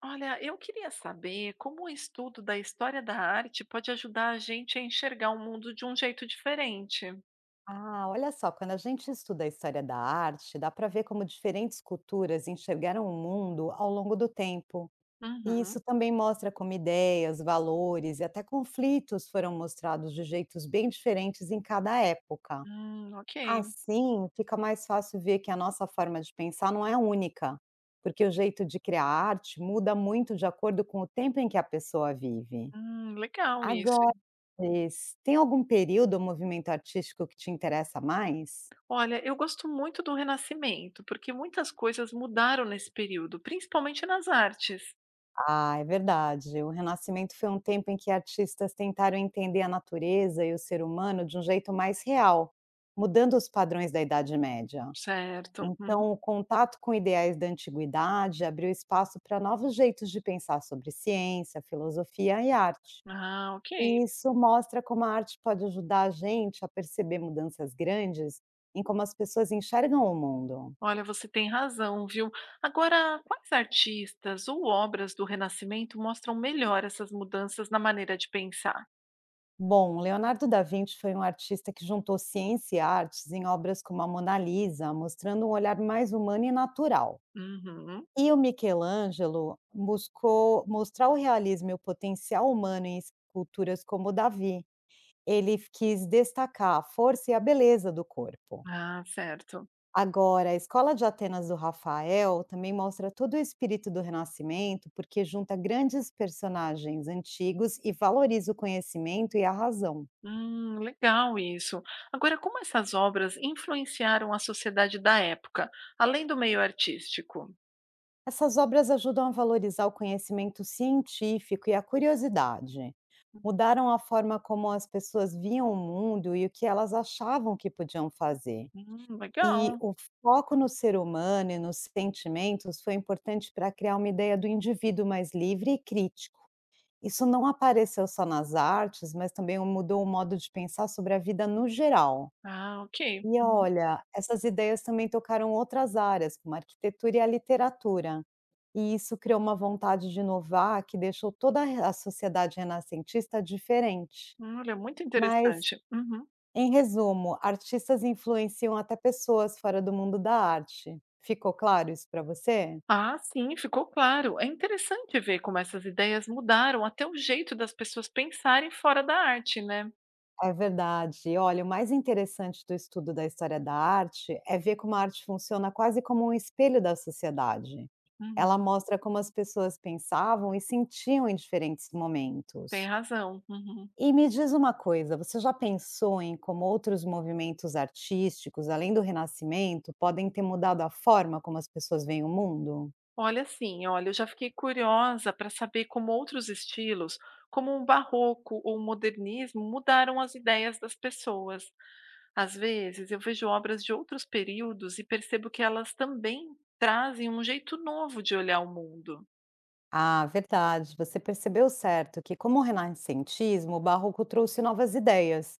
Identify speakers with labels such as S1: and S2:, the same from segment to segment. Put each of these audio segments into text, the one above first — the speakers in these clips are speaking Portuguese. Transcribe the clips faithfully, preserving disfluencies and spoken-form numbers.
S1: Olha, eu queria saber como o estudo da história da arte pode ajudar a gente a enxergar o mundo de um jeito diferente.
S2: Ah, olha só, quando a gente estuda a história da arte, dá para ver como diferentes culturas enxergaram o mundo ao longo do tempo. E
S1: Uhum.
S2: isso também mostra como ideias, valores e até conflitos foram mostrados de jeitos bem diferentes em cada época.
S1: Hum, ok.
S2: Assim, fica mais fácil ver que a nossa forma de pensar não é única, porque o jeito de criar arte muda muito de acordo com o tempo em que a pessoa vive.
S1: Hum, legal isso, hein?
S2: Agora, Cris, tem algum período ou movimento artístico que te interessa mais?
S1: Olha, eu gosto muito do Renascimento, porque muitas coisas mudaram nesse período, principalmente nas artes.
S2: Ah, é verdade. O Renascimento foi um tempo em que artistas tentaram entender a natureza e o ser humano de um jeito mais real, mudando os padrões da Idade Média.
S1: Certo. Uhum.
S2: Então, o contato com ideais da antiguidade abriu espaço para novos jeitos de pensar sobre ciência, filosofia e arte.
S1: Ah, ok.
S2: E isso mostra como a arte pode ajudar a gente a perceber mudanças grandes em como as pessoas enxergam o mundo.
S1: Olha, você tem razão, viu? Agora, quais artistas ou obras do Renascimento mostram melhor essas mudanças na maneira de pensar?
S2: Bom, Leonardo da Vinci foi um artista que juntou ciência e artes em obras como a Mona Lisa, mostrando um olhar mais humano e natural.
S1: Uhum.
S2: E o Michelangelo buscou mostrar o realismo e o potencial humano em esculturas como o Davi. Ele quis destacar a força e a beleza do corpo.
S1: Ah, certo.
S2: Agora, a Escola de Atenas do Rafael também mostra todo o espírito do Renascimento, porque junta grandes personagens antigos e valoriza o conhecimento e a razão.
S1: Hum, legal isso. Agora, como essas obras influenciaram a sociedade da época, além do meio artístico?
S2: Essas obras ajudam a valorizar o conhecimento científico e a curiosidade. Mudaram a forma como as pessoas viam o mundo e o que elas achavam que podiam fazer.
S1: Hum,
S2: E
S1: legal.
S2: o foco no ser humano e nos sentimentos foi importante para criar uma ideia do indivíduo mais livre e crítico. Isso não apareceu só nas artes, mas também mudou o modo de pensar sobre a vida no geral.
S1: Ah, ok.
S2: E
S1: Uhum.
S2: olha, essas ideias também tocaram outras áreas, como a arquitetura e a literatura. E isso criou uma vontade de inovar que deixou toda a sociedade renascentista diferente.
S1: Hum, olha, muito
S2: Mas,
S1: interessante. Uhum.
S2: em resumo, artistas influenciam até pessoas fora do mundo da arte. Ficou claro isso para você?
S1: Ah, sim, ficou claro. É interessante ver como essas ideias mudaram até o jeito das pessoas pensarem fora da arte, né?
S2: É verdade. Olha, o mais interessante do estudo da história da arte é ver como a arte funciona quase como um espelho da sociedade. Ela
S1: Uhum.
S2: mostra como as pessoas pensavam e sentiam em diferentes
S1: Tem
S2: momentos.
S1: razão. Uhum.
S2: E me diz uma coisa, você já pensou em como outros movimentos artísticos, além do Renascimento, podem ter mudado a forma como as pessoas veem o mundo?
S1: Olha, assim, olha, eu já fiquei curiosa para saber como outros estilos, como o barroco ou o modernismo, mudaram as ideias das pessoas. Às vezes, eu vejo obras de outros períodos e percebo que elas também trazem um jeito novo de olhar o mundo.
S2: Ah, verdade. Você percebeu certo que, como o renascentismo, o barroco trouxe novas ideias.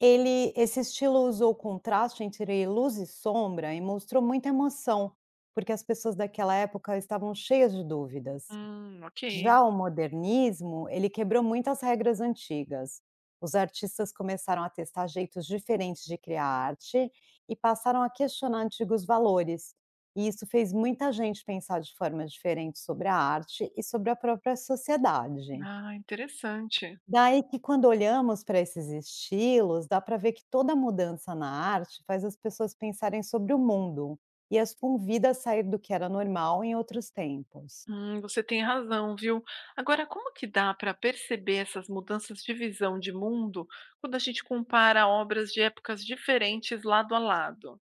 S2: Ele, esse estilo usou o contraste entre luz e sombra e mostrou muita emoção, porque as pessoas daquela época estavam cheias de dúvidas.
S1: Hum, ok.
S2: Já o modernismo, ele quebrou muitas regras antigas. Os artistas começaram a testar jeitos diferentes de criar arte e passaram a questionar antigos valores. E isso fez muita gente pensar de forma diferente sobre a arte e sobre a própria sociedade.
S1: Ah, interessante.
S2: Daí que, quando olhamos para esses estilos, dá para ver que toda mudança na arte faz as pessoas pensarem sobre o mundo e as convida a sair do que era normal em outros tempos.
S1: Hum, você tem razão, viu? Agora, como que dá para perceber essas mudanças de visão de mundo quando a gente compara obras de épocas diferentes lado a lado?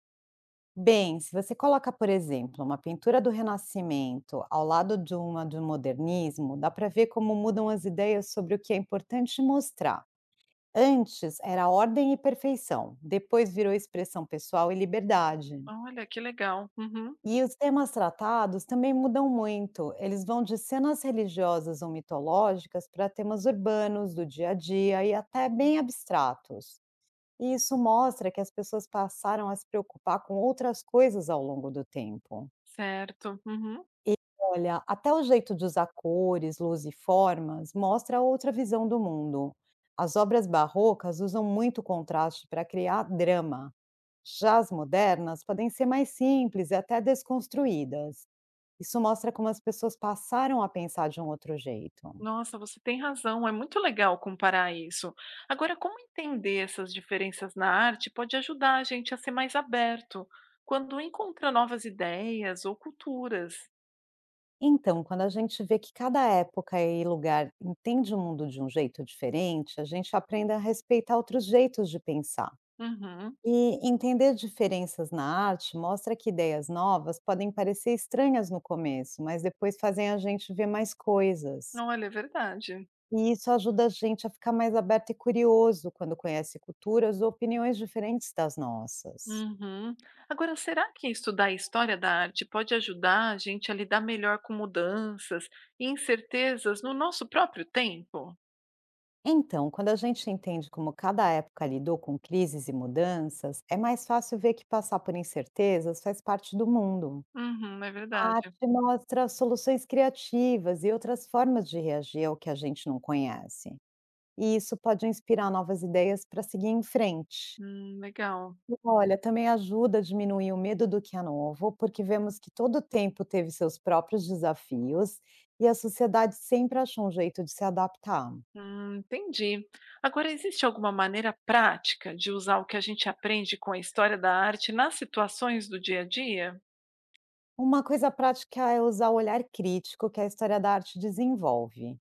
S2: Bem, se você coloca, por exemplo, uma pintura do Renascimento ao lado de uma do modernismo, dá para ver como mudam as ideias sobre o que é importante mostrar. Antes era ordem e perfeição, depois virou expressão pessoal e liberdade.
S1: Olha, que legal. Uhum.
S2: E os temas tratados também mudam muito. Eles vão de cenas religiosas ou mitológicas para temas urbanos, do dia a dia e até bem abstratos. E isso mostra que as pessoas passaram a se preocupar com outras coisas ao longo do tempo.
S1: Certo. Uhum.
S2: E olha, até o jeito de usar cores, luz e formas mostra outra visão do mundo. As obras barrocas usam muito contraste para criar drama. Já as modernas podem ser mais simples e até desconstruídas. Isso mostra como as pessoas passaram a pensar de um outro jeito.
S1: Nossa, você tem razão. É muito legal comparar isso. Agora, como entender essas diferenças na arte pode ajudar a gente a ser mais aberto quando encontra novas ideias ou culturas?
S2: Então, quando a gente vê que cada época e lugar entende o mundo de um jeito diferente, a gente aprende a respeitar outros jeitos de pensar.
S1: Uhum.
S2: E entender diferenças na arte mostra que ideias novas podem parecer estranhas no começo, mas depois fazem a gente ver mais coisas.
S1: Olha, é verdade.
S2: E isso ajuda a gente a ficar mais aberto e curioso quando conhece culturas ou opiniões diferentes das nossas.
S1: Uhum. Agora, será que estudar a história da arte pode ajudar a gente a lidar melhor com mudanças e incertezas no nosso próprio tempo?
S2: Então, quando a gente entende como cada época lidou com crises e mudanças, é mais fácil ver que passar por incertezas faz parte do mundo.
S1: Uhum, é
S2: A
S1: verdade.
S2: arte mostra soluções criativas e outras formas de reagir ao que a gente não conhece. E isso pode inspirar novas ideias para seguir em frente.
S1: Hum, legal.
S2: Olha, também ajuda a diminuir o medo do que é novo, porque vemos que todo tempo teve seus próprios desafios e a sociedade sempre achou um jeito de se adaptar.
S1: Hum, entendi. Agora, existe alguma maneira prática de usar o que a gente aprende com a história da arte nas situações do dia a dia?
S2: Uma coisa prática é usar o olhar crítico que a história da arte desenvolve.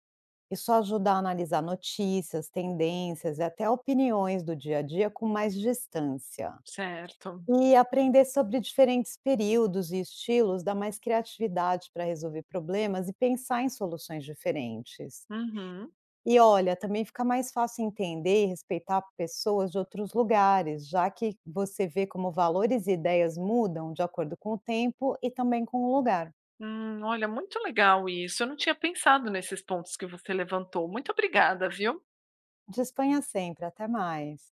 S2: Isso ajuda a analisar notícias, tendências e até opiniões do dia a dia com mais distância.
S1: Certo.
S2: E aprender sobre diferentes períodos e estilos dá mais criatividade para resolver problemas e pensar em soluções diferentes.
S1: Uhum.
S2: E olha, também fica mais fácil entender e respeitar pessoas de outros lugares, já que você vê como valores e ideias mudam de acordo com o tempo e também com o lugar.
S1: Hum, olha, muito legal isso. Eu não tinha pensado nesses pontos que você levantou. Muito obrigada, viu?
S2: Disponha sempre, até mais.